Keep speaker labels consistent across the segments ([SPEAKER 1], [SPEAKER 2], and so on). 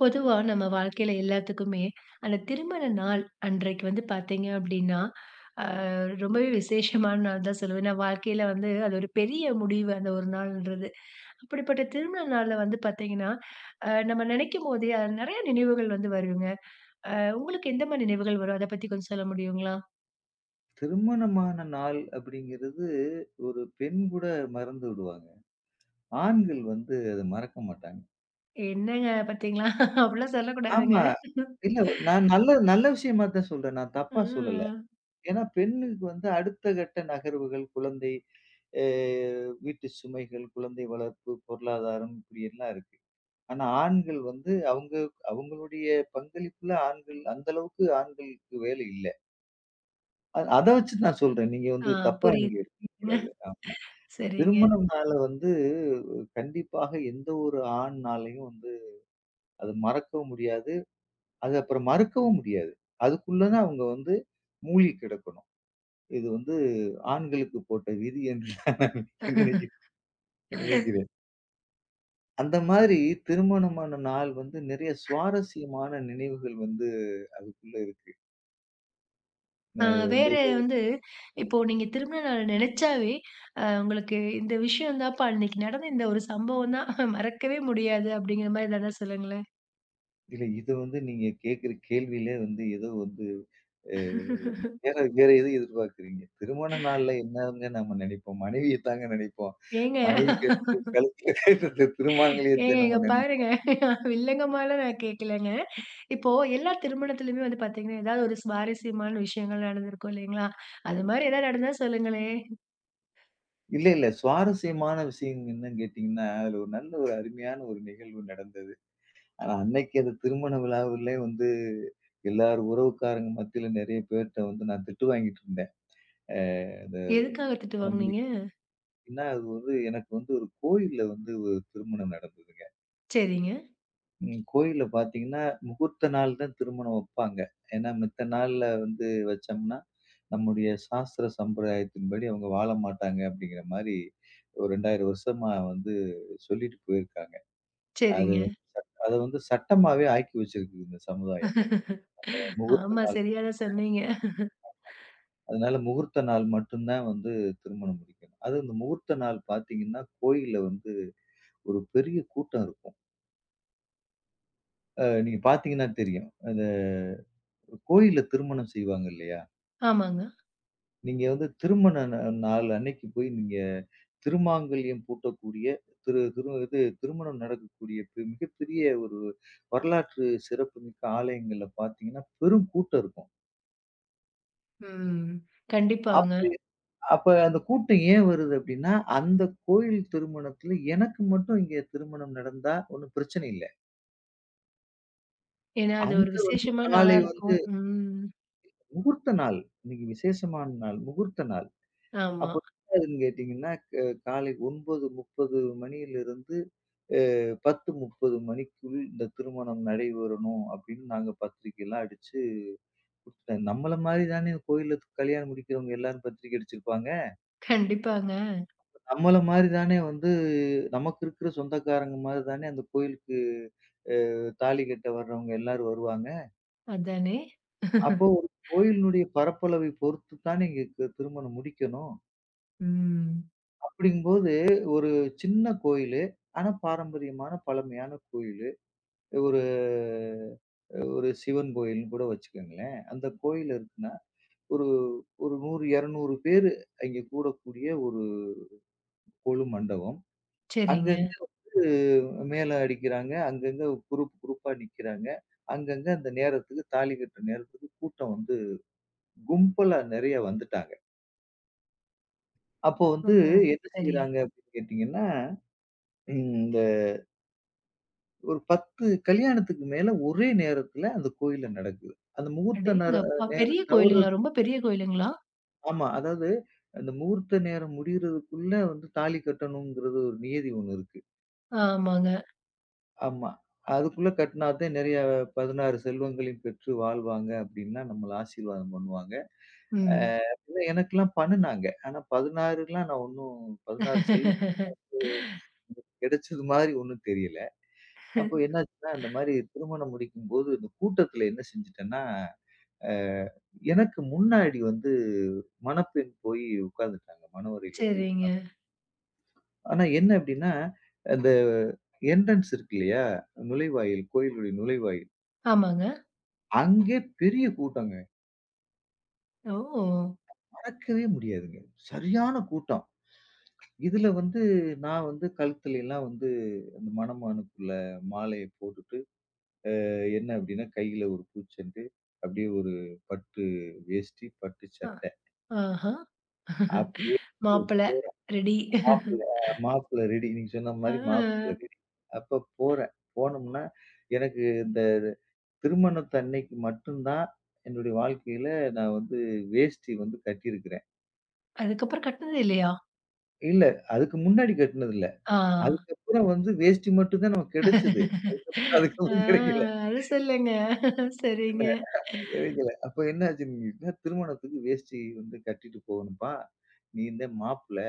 [SPEAKER 1] பொதுவா நம்ம வாழ்க்கையில எல்லாத்துக்குமே, அந்த திருமண நாள் அன்றைக்கு பார்த்தீங்க அப்டின்னா, அ ரொம்பவே விசேஷமான நாள் தான் சொல்லுவேன். ஏன்னா வாழ்க்கையில அது ஒரு பெரிய முடிவு அந்த ஒரு நாள்ன்றது. அப்படிப்பட்ட திருமண நாள்ல பார்த்தீங்கன்னா, நம்ம நினைக்கும்போதே நெறைய நினைவுகள் வருங்க. உங்களுக்கு எந்த மாரி நினைவுகள் வரும்? அத பத்தி கொஞ்சம் சொல்ல முடியுங்களா?
[SPEAKER 2] திருமணமான நாள் அப்படிங்கிறது ஒரு பெண் கூட மறந்து விடுவாங்க. ஆண்கள் வந்து அத மறக்க மாட்டாங்க.
[SPEAKER 1] என்னங்க பார்த்தீங்களா? அப்படிலாம் சொல்லக்கூடாதுங்க.
[SPEAKER 2] ஆமா. இல்ல, நான் நல்ல நல்ல விஷயமா தான் சொல்றேன். நான் தப்பா சொல்லல.
[SPEAKER 1] ம்.
[SPEAKER 2] ஏன்னா பெண்ணுக்கு வந்து அடுத்த கட்ட நகர்வுகள், குழந்தை, அ வீட்டு சுமைகள், குழந்தை வளர்ப்பு, பொருளாதாரம் இப்படி எல்லாம் இருக்கு. ஆனா ஆண்கள் வந்து அவங்களுடைய பங்களிப்புல ஆண்கள் அந்த அளவுக்கு ஆண்களுக்கு வேலை இல்ல. அத வச்சு நான் சொல்றேன். நீங்க
[SPEAKER 1] ஆ,
[SPEAKER 2] வந்து தப்பா நீங்க எடுத்துக்க
[SPEAKER 1] புரியுதுங்க.
[SPEAKER 2] கூடாது.
[SPEAKER 1] சரிங்க.
[SPEAKER 2] திருமணம் நாள வந்து கண்டிப்பாக எந்த ஒரு ஆண்னாலயும் வந்து அது மறக்கவும் முடியாது. அது அப்புறம் மறுக்கவும் முடியாது. அதுக்குள்ளதான் அவங்க வந்து மூழ்கி கிடக்கணும். இது வந்து ஆண்களுக்கு போட்ட விதி என்று நான் நினைக்கிறேன் நினைக்கிறேன். அந்த மாதிரி திருமணமான நாள் வந்து நிறைய சுவாரஸ்யமான நினைவுகள் வந்து அதுக்குள்ள இருக்கு.
[SPEAKER 1] ஆ,
[SPEAKER 2] அது வந்து
[SPEAKER 1] வேற வந்து, இப்போ நீங்க திரும்ப நாள் நெனச்சாவே, உங்களுக்கு இந்த விஷயம் தான்ப்பா, அன்னைக்கு நடந்த இந்த ஒரு சம்பவம் தான் மறக்கவே முடியாது அப்படிங்கிற மாரி எதனா சொல்லுங்களேன்.
[SPEAKER 2] இல்ல. இது வந்து நீங்க கேட்கிற கேள்வியிலே வந்து ஏதோ வந்து அ வேற வேற எதுவும் எதிர்பார்க்கிறீங்க. திருமண நாள்ல என்னங்க நம்ம நினைப்போம்? மனைவிய தாங்க நினைப்போம்.
[SPEAKER 1] ஏங்க,
[SPEAKER 2] மனைவி கழுத்துல கட்டுற திருமாங்கல்யத்தை
[SPEAKER 1] இங்க
[SPEAKER 2] நம்ம நினை
[SPEAKER 1] பாருங்க. வில்லங்கமாலாம் நான் கேட்கலங்க. இப்போ எல்லா திருமணத்திலுமே பாத்தீங்கன்னா, ஏதாவது ஒரு சுவாரஸ்யமான விஷயங்கள் நடந்திருக்கும் இல்லைங்களா? அது மாரி ஏதாவது நடந்தா சொல்லுங்களேன்.
[SPEAKER 2] இல்ல, இல்ல. சுவாரஸ்யமான விஷயம் என்னன்னு கேட்டீங்கன்னா, அதுல ஒரு நல்ல ஒரு அருமையான ஒரு நிகழ்வு நடந்தது. ஆனா அன்னைக்கு அந்த திருமண விழாவிலே வந்து எல்லார் உறவுக்காரங்க மத்தியில நெறைய பேர்ட்ட வந்து நான் திட்டு வாங்கிட்டு இருந்தேன். அ
[SPEAKER 1] எதுக்காக திட்டு
[SPEAKER 2] இந்த
[SPEAKER 1] வாங்குனீங்க?
[SPEAKER 2] பார்த்தீங்கன்னா, அது வந்து எனக்கு வந்து ஒரு கோயில்ல வந்து ஒரு திருமணம் நடந்ததுங்க.
[SPEAKER 1] சரிங்க,
[SPEAKER 2] ம், கோயில்ல பார்த்தீங்கன்னா, முகூர்த்த நாள் தான் திருமணம் வப்பாங்க. ஏன்னா, மித்த நாள்ல வந்து வச்சோம்னா, நம்முடைய சாஸ்திர சம்பிரதாயத்தின்படி அவங்க வாழ மாட்டாங்க அப்படிங்கிற மாரி ஒரு 2000 வருஷமா வந்து சொல்லிட்டு போயிருக்காங்க. அது
[SPEAKER 1] சரிங்க.
[SPEAKER 2] வந்து அத வந்து சட்டமாவே ஆக்கி வச்சிருக்கு இந்த சமுதாயம். முகூர்த்த
[SPEAKER 1] ஆமா,
[SPEAKER 2] நாள்.
[SPEAKER 1] சரியா தான் சொன்னீங்க.
[SPEAKER 2] அதனால முகூர்த்த நாள் மட்டும் தான் வந்து திருமணம் முடிக்கணும். அதுவும் இந்த முகூர்த்த நாள் பார்த்தீங்கன்னா, கோயில்ல வந்து ஒரு பெரிய கூட்டம் இருக்கும். நீங்க பார்த்தீங்கன்னா தெரியும். அந்த கோயில்ல திருமணம் செய்வாங்க இல்லையா?
[SPEAKER 1] ஆமாங்க.
[SPEAKER 2] நீங்க வந்து திருமண நா நாள் அன்னைக்கு போய் நீங்க திருமாங்கல்யம் பூட்டக்கூடிய திரு திரு இது திருமணம் நடக்கக்கூடிய மிகப்பெரிய ஒரு வரலாற்று சிறப்புமிக்க ஆலயங்கள்ல பார்த்தீங்கன்னா, பெரும் கூட்டம் இருக்கும்.
[SPEAKER 1] ம்.
[SPEAKER 2] அப்ப
[SPEAKER 1] கண்டிப்பாங்க.
[SPEAKER 2] அப்ப அந்த கூட்டம் ஏன் வருது அப்படின்னா, அந்த கோயில் திருமணத்துல எனக்கு மட்டும் இங்க திருமணம் நடந்தா ஒண்ணும் பிரச்சனை இல்ல.
[SPEAKER 1] ஏன்னா, அது ஒரு
[SPEAKER 2] அந்த வந்து
[SPEAKER 1] விசேஷமான நாளா
[SPEAKER 2] காலை வந்து
[SPEAKER 1] இருக்கும். ம்.
[SPEAKER 2] முகூர்த்த நாள். இன்னைக்கு விசேஷமான நாள். முகூர்த்த நாள்.
[SPEAKER 1] ஆமா.
[SPEAKER 2] அப்போ என்னாகுதுன்னு கேட்டீங்கன்னா, காலை 9:30 மணியிலிருந்து அ 10:30 மணிக்குள் இந்த திருமணம் நடைபெறணும் அப்படின்னு நாங்க பத்திரிக்கைலாம் அடிச்சு குடுத்துட்டேன். நம்மள மாரி தானே கோயில்ல கல்யாணம் முடிக்கிறவங்க எல்லாரும் பத்திரிக்கை அடிச்சிருப்பாங்க.
[SPEAKER 1] கண்டிப்பாங்க.
[SPEAKER 2] நம்மள மாரி தானே வந்து நமக்கு இருக்கிற சொந்தக்காரங்க மாரி தானே அந்த கோயிலுக்கு அ தாலி கட்ட வர்றவங்க எல்லாரும் வருவாங்க.
[SPEAKER 1] அதானே!
[SPEAKER 2] அப்போ ஒரு கோயிலினுடைய பரப்பளவை பொறுத்து தானே இங்க திருமணம் முடிக்கணும்.
[SPEAKER 1] ம்.
[SPEAKER 2] அப்படிங்கும்போது, ஒரு சின்ன கோயிலு. ஆனா பாரம்பரியமான, பழமையான கோயிலு. ஒரு ஒரு சிவன் கோயில்ன்னு கூட வச்சுக்கங்களேன். அந்த கோயில் இருக்குன்னா, ஒரு ஒரு 100, 200 பேரு அங்கே கூடக்கூடிய ஒரு கொலு மண்டபம்.
[SPEAKER 1] சரிங்க.
[SPEAKER 2] அங்கங்க வந்து மேளம் அடிக்கிறாங்க. அங்கங்க குரூப் குரூப்பா நிக்கிறாங்க. அங்கங்க அந்த நேரத்துக்கு தாலி கட்டுற நேரத்துக்கு கூட்டம் வந்து கும்பலா நெறைய வந்துட்டாங்க. அப்போ வந்து
[SPEAKER 1] ஓஹோ!
[SPEAKER 2] என்ன
[SPEAKER 1] சரி.
[SPEAKER 2] செய்றாங்க அப்படின்னு கேட்டீங்கன்னா, இந்த ஒரு 10 கல்யாணத்துக்கு மேல ஒரே நேரத்துல அந்த கோயில்ல நடக்குது. அந்த முகூர்த்த
[SPEAKER 1] அடேங்கப்பா! பெரிய
[SPEAKER 2] நேரம்
[SPEAKER 1] கோயிலுங்களா?
[SPEAKER 2] தவறது.
[SPEAKER 1] ரொம்ப பெரிய கோயிலுங்களா?
[SPEAKER 2] ஆமா. அதாவது அந்த முகூர்த்த நேரம் முடியறதுக்குள்ள வந்து தாலி கட்டணுங்கிறது ஒரு நியதி ஒண்ணு இருக்கு.
[SPEAKER 1] ஆமாங்க.
[SPEAKER 2] ஆமா. அதுக்குள்ள கட்டினா தான் நெறைய 16 செல்வங்களையும் பெற்று வாழ்வாங்க அப்டின்லாம் நம்மள ஆசீர்வாதம் பண்ணுவாங்க. அ
[SPEAKER 1] ம்.
[SPEAKER 2] இல்ல எனக்கெல்லாம் பண்ணுனாங்க. ஆனா 16லாம் நான் ஒண்ணும் 16 செல்வம் கிடைச்சது மாரி ஒண்ணும் தெரியல. அப்போ என்னாச்சுன்னா, இந்த மாரி திருமணம் முடிக்கும்போது இந்த கூட்டத்துல என்ன செஞ்சுட்டேன்னா அ எனக்கு முன்னாடி வந்து மணப்பெண் போய் உட்கார்ந்துட்டாங்க. மணவறையில போய் உட்கார்
[SPEAKER 1] சரிங்க.
[SPEAKER 2] ஆனா என்ன அப்டின்னா, அந்த என்ட்ரன்ஸ் இருக்கு இல்லையா? நுழைவாயில், கோயிலுடைய நுழைவாயில்.
[SPEAKER 1] ஆமாங்க.
[SPEAKER 2] அங்கே பெரிய கூட்டங்க.
[SPEAKER 1] ஓ!
[SPEAKER 2] நடக்கவே முடியாதுங்க. சரியான கூட்டம். இதுல வந்து நான் வந்து கழுத்துலலாம் வந்து அந்த மணமகனுக்குள்ள மாலைய போட்டுட்டு, என்ன அப்டின்னா கையில ஒரு பூச்செண்டு, அப்டியே ஒரு பட்டு வேஷ்டி, பட்டு
[SPEAKER 1] அ,
[SPEAKER 2] சட்டை.
[SPEAKER 1] ஆஹா!
[SPEAKER 2] அப்டியே
[SPEAKER 1] மாப்பிள ரெடி.
[SPEAKER 2] மாப்பிள்ளை மாப்பிள்ளை ரெடி. நீங்க சொன்ன மாரி மாப்பிள்ளை
[SPEAKER 1] ஆ,
[SPEAKER 2] ரெடி. அப்ப போறேன். போனோம்னா, எனக்கு இந்த திருமணத்து அன்னைக்கு மட்டும் தான் என்னுடைய வாழ்க்கையில நான் வந்து வேஷ்டி வந்து கட்டியிருக்கிறேன்.
[SPEAKER 1] அதுக்கப்புறம் கட்டுனது இல்லையா?
[SPEAKER 2] இல்ல, அதுக்கு முன்னாடி கட்டுனதில்ல.
[SPEAKER 1] ஆ.
[SPEAKER 2] அதுக்கப்புறம் வந்து வேஷ்டி மட்டும் தான் நமக்கு கிடைச்சது.
[SPEAKER 1] ஆ,
[SPEAKER 2] அதுக்கப்புறம் கிடைக்கல.
[SPEAKER 1] அது சொல்லுங்க.
[SPEAKER 2] என்ன
[SPEAKER 1] சரிங்க.
[SPEAKER 2] கிடைக்கல. அப்ப என்ன ஆச்சுன்னு கேட்டீங்கன்னா, திருமணத்துக்கு வேஷ்டி வந்து கட்டிட்டு போகணும்ப்பா. நீ இந்த மாப்பிள்ளை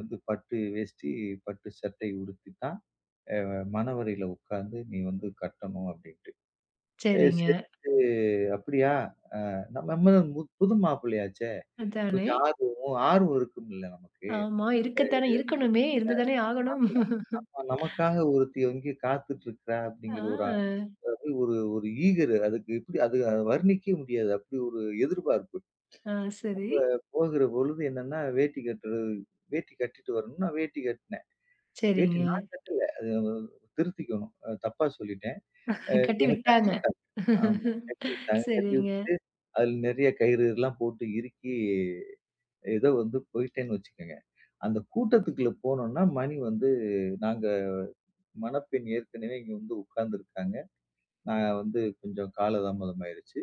[SPEAKER 2] வந்து பட்டு வேஷ்டி, பட்டு சட்டை உடுத்தி தான் மணவறையில உட்கார்ந்து நீ வந்து கட்டணும் அப்டின்ட்டு. ஏ
[SPEAKER 1] சரிங்க.
[SPEAKER 2] சரின்ட்டு அப்படியா? நம்ம நம்ம தான் புது மாப்பிள்ளையாச்சே!
[SPEAKER 1] அதானே!
[SPEAKER 2] கொஞ்சம் ஆர்வம் ஆர்வம் இருக்கும்ல நமக்கு.
[SPEAKER 1] ஆமா. இருக்கத்தானே இருக்கணுமே! இருந்து தானே ஆகணும்.
[SPEAKER 2] ஆமா, ஆமா. நமக்காக ஒருத்தி எங்கேயோ காத்துட்டு இருக்கிறா
[SPEAKER 1] ஆ,
[SPEAKER 2] அப்படிங்கிற ஒரு அதாவது ஒரு ஒரு ஈகர் அதுக்கு எப்படி அது வர்ணிக்கவே முடியாது. அப்படி ஒரு எதிர்பார்ப்பு.
[SPEAKER 1] ஆ, சரி.
[SPEAKER 2] போகிற பொழுது என்னன்னா வேட்டி கட்டுறது வேட்டி கட்டிட்டு வரணும்னா வேட்டி கட்டினேன். வேட்டி
[SPEAKER 1] சரிங்க.
[SPEAKER 2] நான் கட்டல. அது நம்ம திருத்திக்கணும். தப்பா சொல்லிட்டேன்.
[SPEAKER 1] கட்டி
[SPEAKER 2] எனக்கு கட்டி
[SPEAKER 1] விட்டாங்க.
[SPEAKER 2] விட்டாங்க. ஆமா. கட்டி விட்டாங்க. கட்டி
[SPEAKER 1] சரிங்க.
[SPEAKER 2] விட்டு அதில நெறைய கயிறுலாம் போட்டு இறுக்கி ஏதோ வந்து போயிட்டேன்னு வச்சுக்கங்க. அந்த கூட்டத்துக்குள்ள போனோம்னா மணி வந்து நாங்க மணப்பெண் ஏற்கனவே இங்க வந்து உட்கார்ந்துருக்காங்க. நான் வந்து கொஞ்சம் காலதாமதம் ஆயிருச்சு.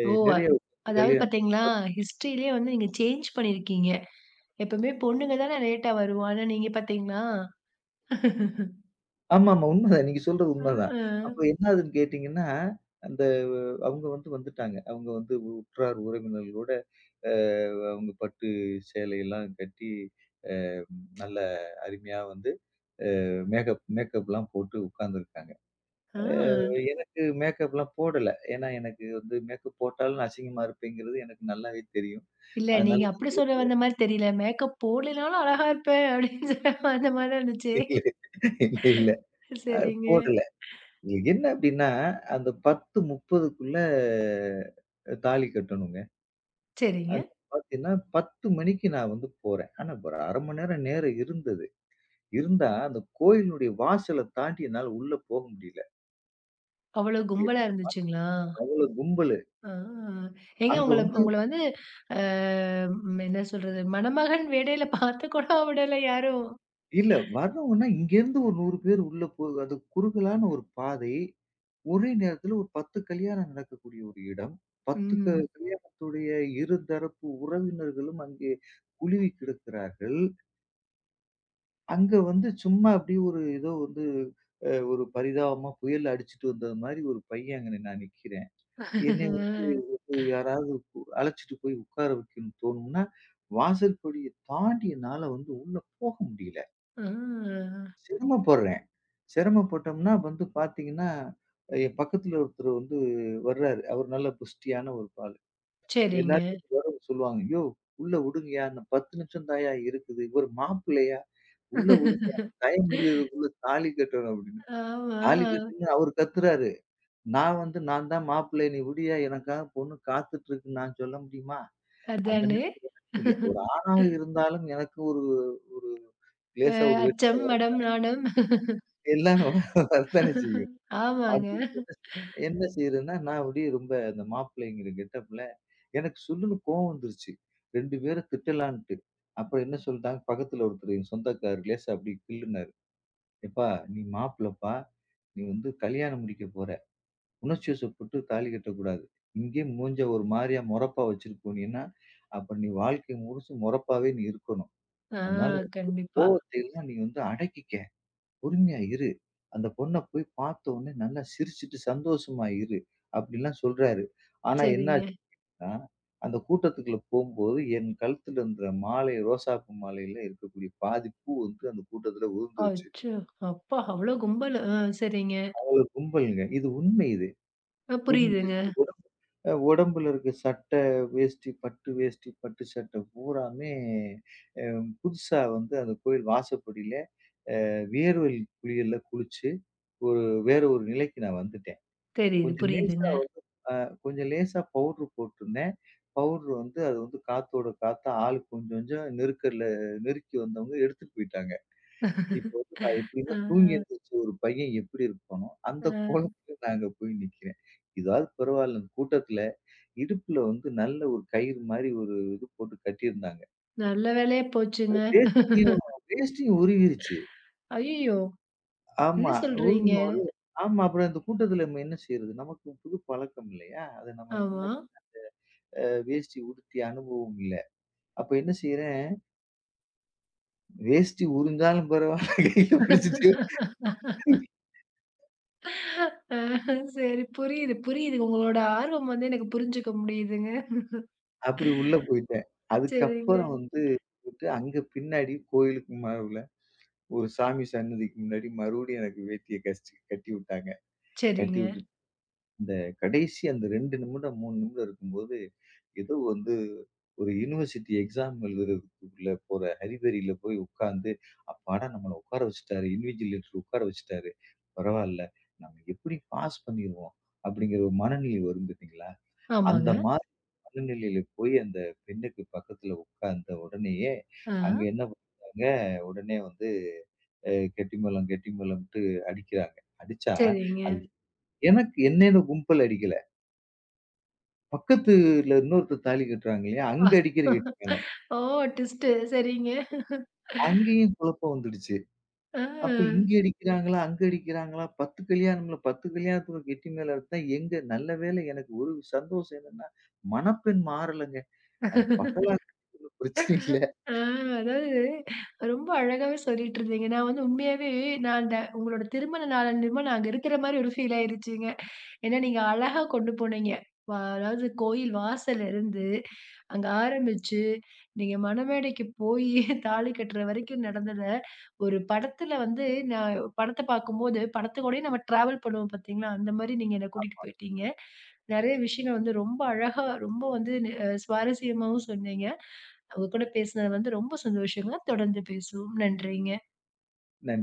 [SPEAKER 1] ஓ!
[SPEAKER 2] நெறைய
[SPEAKER 1] அதாவது
[SPEAKER 2] கல்யாணம்.
[SPEAKER 1] பார்த்தீங்களா, ஹிஸ்ட்ரிலயே நீங்க சேஞ்ச் பண்ணியிருக்கீங்க. எப்பவுமே பொண்ணுங்க தானே லேட்டா வருவோம். ஆனா நீங்க பார்த்தீங்களா?
[SPEAKER 2] ஆமாமா, உண்மதான். நீங்க சொல்றது உண்மதான்.
[SPEAKER 1] ஆ,
[SPEAKER 2] அப்ப என்ன ஆகுதுன்னு கேட்டீங்கன்னா, அந்த அவங்க வந்து வந்துட்டாங்க. அவங்க வந்து உற்றார் உறவினர்களோட அ அவங்க பட்டு சேலையெல்லாம் கட்டி, அ நல்ல அருமையா வந்து மேக்கப்லாம் போட்டு உட்கார்ந்துருக்காங்க.
[SPEAKER 1] ஆ.
[SPEAKER 2] அ எனக்கு மேக்கப்லாம் போடல. ஏன்னா எனக்கு வந்து மேக்கப் போட்டாலும் நான் அசிங்கமா இருப்பேங்கிறது எனக்கு நல்லாவே தெரியும்.
[SPEAKER 1] இல்ல,
[SPEAKER 2] அதனால
[SPEAKER 1] நீங்க அப்படி சொல்ல வந்த மாரி தெரியல. மேக்கப் போடலைனாலும் அழகா இருப்பேன் அப்படின்னு சொல்ல அந்த மாரி தான் இருந்துச்சு.
[SPEAKER 2] இல்ல, இல்ல. அ
[SPEAKER 1] சரிங்க.
[SPEAKER 2] போடல. என்ன அப்டின்னா, அந்த 10:30க்குள்ள தாலி கட்டணுங்க.
[SPEAKER 1] சரிங்க.
[SPEAKER 2] அது பார்த்தீங்கன்னா 10 மணிக்கு நான் வந்து போறேன். ஆனா ஒரு 1/2 மணி நேரம் நேரம் இருந்தது. இருந்தா அந்த கோயிலுடைய வாசல தாண்டி என்னால உள்ள போக முடியல.
[SPEAKER 1] அவ்வளோ கும்பலா இருந்துச்சுங்களா?
[SPEAKER 2] அவ்வளோ கும்பலு.
[SPEAKER 1] ஆ. ஏங்க,
[SPEAKER 2] அங்க
[SPEAKER 1] உங்கள
[SPEAKER 2] வந்து
[SPEAKER 1] உங்கள அ, ம், என்ன சொல்றது? மணமகன் வேடையில பார்த்து கூட விடல யாரும்.
[SPEAKER 2] இல்ல வர்றவங்கன்னா இங்கேருந்து ஒரு 100 பேர் உள்ள போ அது குறுகலான ஒரு பாதை. ஒரே நேரத்துல ஒரு 10 கல்யாணம் நடக்கக்கூடிய ஒரு இடம். 10 க ம்.
[SPEAKER 1] ம்.
[SPEAKER 2] கல்யாணத்துடைய இரு தரப்பு உறவினர்களும் அங்கே குழுவி கிடக்கிறார்கள். அங்க வந்து சும்மா அப்படியே ஒரு ஏதோ வந்து ஒரு பரிதாபமா புயல் அடிச்சுட்டு வந்தது மாரி ஒரு பையன் அங்க நான் நிக்கிறேன்.
[SPEAKER 1] ஆ.
[SPEAKER 2] என்னைய வந்து வந்து யாராவது அழைச்சிட்டு போய் உட்கார வைக்கணும்னு தோணும்னா, வாசல் படிய தாண்டி என்னால வந்து உள்ள போக முடியல.
[SPEAKER 1] ஆ.
[SPEAKER 2] சிரமப்படுறேன். சிரமப்பட்டோம்னா வந்து பார்த்தீங்கன்னா, என் பக்கத்துல ஒருத்தர் வந்து வர்றாரு. அவர் நல்ல புஷ்டியான ஒரு ஆளு.
[SPEAKER 1] சரிங்க.
[SPEAKER 2] எல்லாரும் வரவங்க சொல்லுவாங்க, "யோவ்! உள்ள விடுங்கயா. இன்னும் 10 நிமிஷம் தான்யா இருக்குது. இவரு மாப்பிள்ளையா, உள்ள விடுங்கயா. டைம் முடியறதுக்குள்ள தாலி கட்டணும்" அப்படின்னு.
[SPEAKER 1] ஆமா.
[SPEAKER 2] தாலி கட்டுங்கன்னு அவரு கத்துறாரு. நான் வந்து, "நான் தான் மாப்பிள்ளை. நீ விடுயா. எனக்காக பொண்ணு காத்துட்டு இருக்குன்னு நான் சொல்ல முடியுமா?" அந்த
[SPEAKER 1] அதானே.
[SPEAKER 2] நேரத்துல எனக்கு ஒரு ஆணாக இருந்தாலும் எனக்கு ஒரு ஒரு லேசா ஒரு
[SPEAKER 1] அச்சம்,
[SPEAKER 2] வெறுப்பு
[SPEAKER 1] மடம்,
[SPEAKER 2] தானே
[SPEAKER 1] நாணம்.
[SPEAKER 2] செய்யும். எல்லாமே வரத்தானே செய்யும்.
[SPEAKER 1] ஆமாங்க.
[SPEAKER 2] அப்படின்னு என்ன செய்றேன்னா, நான் அப்படியே ரொம்ப அந்த மாப்பிள்ளைங்கிற கெட்டப்ல எனக்கு சொல்லுன்னு கோவம் வந்துருச்சு. 2 பேர திட்டலான்ட்டு. அப்புறம் என்ன சொல்ட்டாங்க, பக்கத்துல ஒருத்தர் என் சொந்தக்காரரு லேசா அப்படி கிள்ளுனாரு. "எப்பா, நீ மாப்பிளப்பா, நீ வந்து கல்யாணம் முடிக்க போற. உணர்ச்சி வசப்பட்டு தாலி கட்டக்கூடாது. இங்கேயே மூஞ்ச ஒரு மாரியா மொறப்பா வச்சுட்டு போனீன்னா, அப்ப நீ வாழ்க்கை முழுசும் மொறப்பாவே நீ இருக்கணும்.
[SPEAKER 1] ஆ,
[SPEAKER 2] அதனால உன்
[SPEAKER 1] கண்டிப்பா.
[SPEAKER 2] கோவத்தை எல்லாம் நீ வந்து அடக்கிக்க. பொறுமையா இரு. அந்த பொண்ண போய் பார்த்த உடனே நல்லா சிரிச்சுட்டு சந்தோஷமா இரு." அப்படிலாம் சொல்றாரு. ஆனா
[SPEAKER 1] சரிங்க.
[SPEAKER 2] என்னாச்சுன்னா, அந்த கூட்டத்துக்குள்ள போம்போது என் கழுத்துல இருந்த மாலை ரோசாப்பூ மாலையில இருக்கக்கூடிய பாதி பூ வந்து அந்த கூட்டத்துல உதிர்ந்துருச்சு.
[SPEAKER 1] அச்சோ! அப்பா! அவ்ளோ கும்பல். ஆ, சரிங்க.
[SPEAKER 2] அவ்வளவு கும்பல்ங்க. இது உண்மை இது.
[SPEAKER 1] அ, புரியுதுங்க.
[SPEAKER 2] உதிர்ந்துருச்சு. உடம்புல இருக்க சட்டை, வேஷ்டி, பட்டு வேஷ்டி, பட்டு சட்டை பூராமே அ புதுசா வந்து அந்த கோயில் வாசப்படியில வேர்வை குளியல்ல குளிச்சு, ஒரு வேற ஒரு நிலைக்கு நான் வந்துட்டேன்.
[SPEAKER 1] தெரியுது,
[SPEAKER 2] கொஞ்சம் லேசா
[SPEAKER 1] புரியுதுங்க.
[SPEAKER 2] அ கொஞ்சம் லேசா பவுடர் போட்டிருந்தேன். பவுடர் வந்து அது வந்து காத்தோட காத்தா ஆள் கொஞ்சம் கொஞ்சம் நெருக்கல்ல நெருக்கி வந்தவங்க எடுத்துட்டு போயிட்டாங்க. இப்ப வந்து நான்
[SPEAKER 1] ஆ,
[SPEAKER 2] எப்படின்னா தூங்கி எந்திரிச்ச ஒரு பையன் எப்படி இருப்பானோ, அந்த
[SPEAKER 1] ஆ.
[SPEAKER 2] கோலத்துல நான் அங்க போய் நிக்கிறேன். இதாவது பரவாயில்ல கூட்டத்துல இடுப்புல வந்து நல்ல ஒரு கயிறு மாரி ஒரு இது போட்டு கட்டியிருந்தாங்க.
[SPEAKER 1] நல்ல வேலையா போச்சுங்க.
[SPEAKER 2] வேஷ்டியும் வேஷ்டியும் உருவிருச்சு.
[SPEAKER 1] ஐயய்யோ! என்ன
[SPEAKER 2] ஆமா.
[SPEAKER 1] சொல்றீங்க?
[SPEAKER 2] உருவின ஒரு ஆமா அப்புறம் இந்த கூட்டத்துல நம்ம என்ன செய்றது? நமக்கு புது பழக்கம் இல்லையா? அத நம்ம
[SPEAKER 1] ஆமா.
[SPEAKER 2] முன்ன வேஷ்டி உடுத்திய அனுபவம் இல்ல. அப்ப என்ன செய்றேன், வேஷ்டி உரிஞ்சாலும் பரவால்ல கையில பிடிச்சுட்டு
[SPEAKER 1] அ சரி, புரியுது, புரியுது. உங்களோட ஆர்வம் எனக்கு புரிஞ்சுக்க முடியுதுங்க.
[SPEAKER 2] அப்படி உள்ள போயிட்டேன்.
[SPEAKER 1] சரிங்க,
[SPEAKER 2] அதுக்கப்புறம் வந்து போயிட்டு அங்க பின்னாடி கோயிலுக்கு மருவுல ஒரு சாமி சன்னதிக்கு முன்னாடி மறுபடியும் எனக்கு வேட்டிய கஸ்ட் கட்டி விட்டாங்க. கட்டி
[SPEAKER 1] சரிங்க.
[SPEAKER 2] விட்டுட்டு இந்த கடைசி அந்த 2 நிமிடம், 3 நிமிடம் இருக்கும்போது ஏதோ வந்து ஒரு யுனிவர்சிட்டி எக்ஸாம் எழுதுறதுக்குள்ள போற ஹரிபரியில போய் உட்கார்ந்து, அப்பாடா! நம்மள உட்கார வச்சுட்டாரு. இன்விஜிலேட்டர் உட்கார வச்சுட்டாரு. பரவால்ல. நம்ம எப்படி பாஸ் பண்ணிருவோம். அப்படிங்கிற ஒரு மனநிலை வரும் பார்த்தீங்களா? அந்த
[SPEAKER 1] ஆமாங்க.
[SPEAKER 2] மாதிரி மனநிலையில போய் அந்த பெண்ணுக்கு பக்கத்துல உட்கார்ந்த உடனேயே,
[SPEAKER 1] ஆ.
[SPEAKER 2] அங்க என்ன பண்றாங்க, உடனே வந்து கெட்டிமலம், கெட்டிமலம்ன்ட்டு அடிக்கிறாங்க. அடிச்சா,
[SPEAKER 1] சரிங்க.
[SPEAKER 2] அது எனக்கு என்னைன்னு கும்பல் அடிக்கல. பக்கத்துல இன்னொருத்தர் தாலி கட்டுறாங்க இல்லையா?
[SPEAKER 1] ஆ,
[SPEAKER 2] அங்க அடிக்கிற கெட்டிமலம்.
[SPEAKER 1] ஓ! ட்விஸ்ட்டு. சரிங்க.
[SPEAKER 2] அங்கேயும் குழப்பம் வந்துடுச்சு. அப்ப
[SPEAKER 1] ஆ.
[SPEAKER 2] இங்க அடிக்கிறாங்களா? அங்க அடிக்கிறாங்களா? 10 கல்யாணத்துல கெட்டி மேல அடிச்சேன். எங்க நல்ல வேளை எனக்கு ஒரு சந்தோஷம் என்னன்னா, மணப்பெண் மாறலங்க. அது பகலா பிரச்சனை இல்ல.
[SPEAKER 1] ஆ, அதாவது ரொம்ப அழகாவே சொல்லிட்டு இருந்தீங்க. நான் உண்மையாவே நான் அந்த உங்களோட திருமண நாளன்னிலமா நான் அங்க இருக்கிற மாரி ஒரு ஃபீல் ஆயிருச்சுங்க. ஏன்னா நீங்க அழகா கொண்டு போனீங்க. அதாவது கோயில் வாசல்ல இருந்து அங்க ஆரம்பிச்சு, நீங்க மணமேடைக்கு போயி தாலி கட்டுற வரைக்கும் நடந்தத, ஒரு படத்துல நான் படத்த பார்க்கும்போது படத்து கூடயே நம்ம டிராவல் பண்ணுவோம் பார்த்தீங்களா? அந்த மாரி நீங்க என்ன கூட்டிட்டு போயிட்டீங்க. நெறைய விஷயங்கள் ரொம்ப அழகா, ரொம்ப வந்து நி அ சுவாரஸ்யமாவும் சொன்னீங்க. உங்க கூட பேசினது ரொம்ப சந்தோஷங்க. தொடர்ந்து பேசுவோம். நன்றிங்க.
[SPEAKER 2] நன்றி.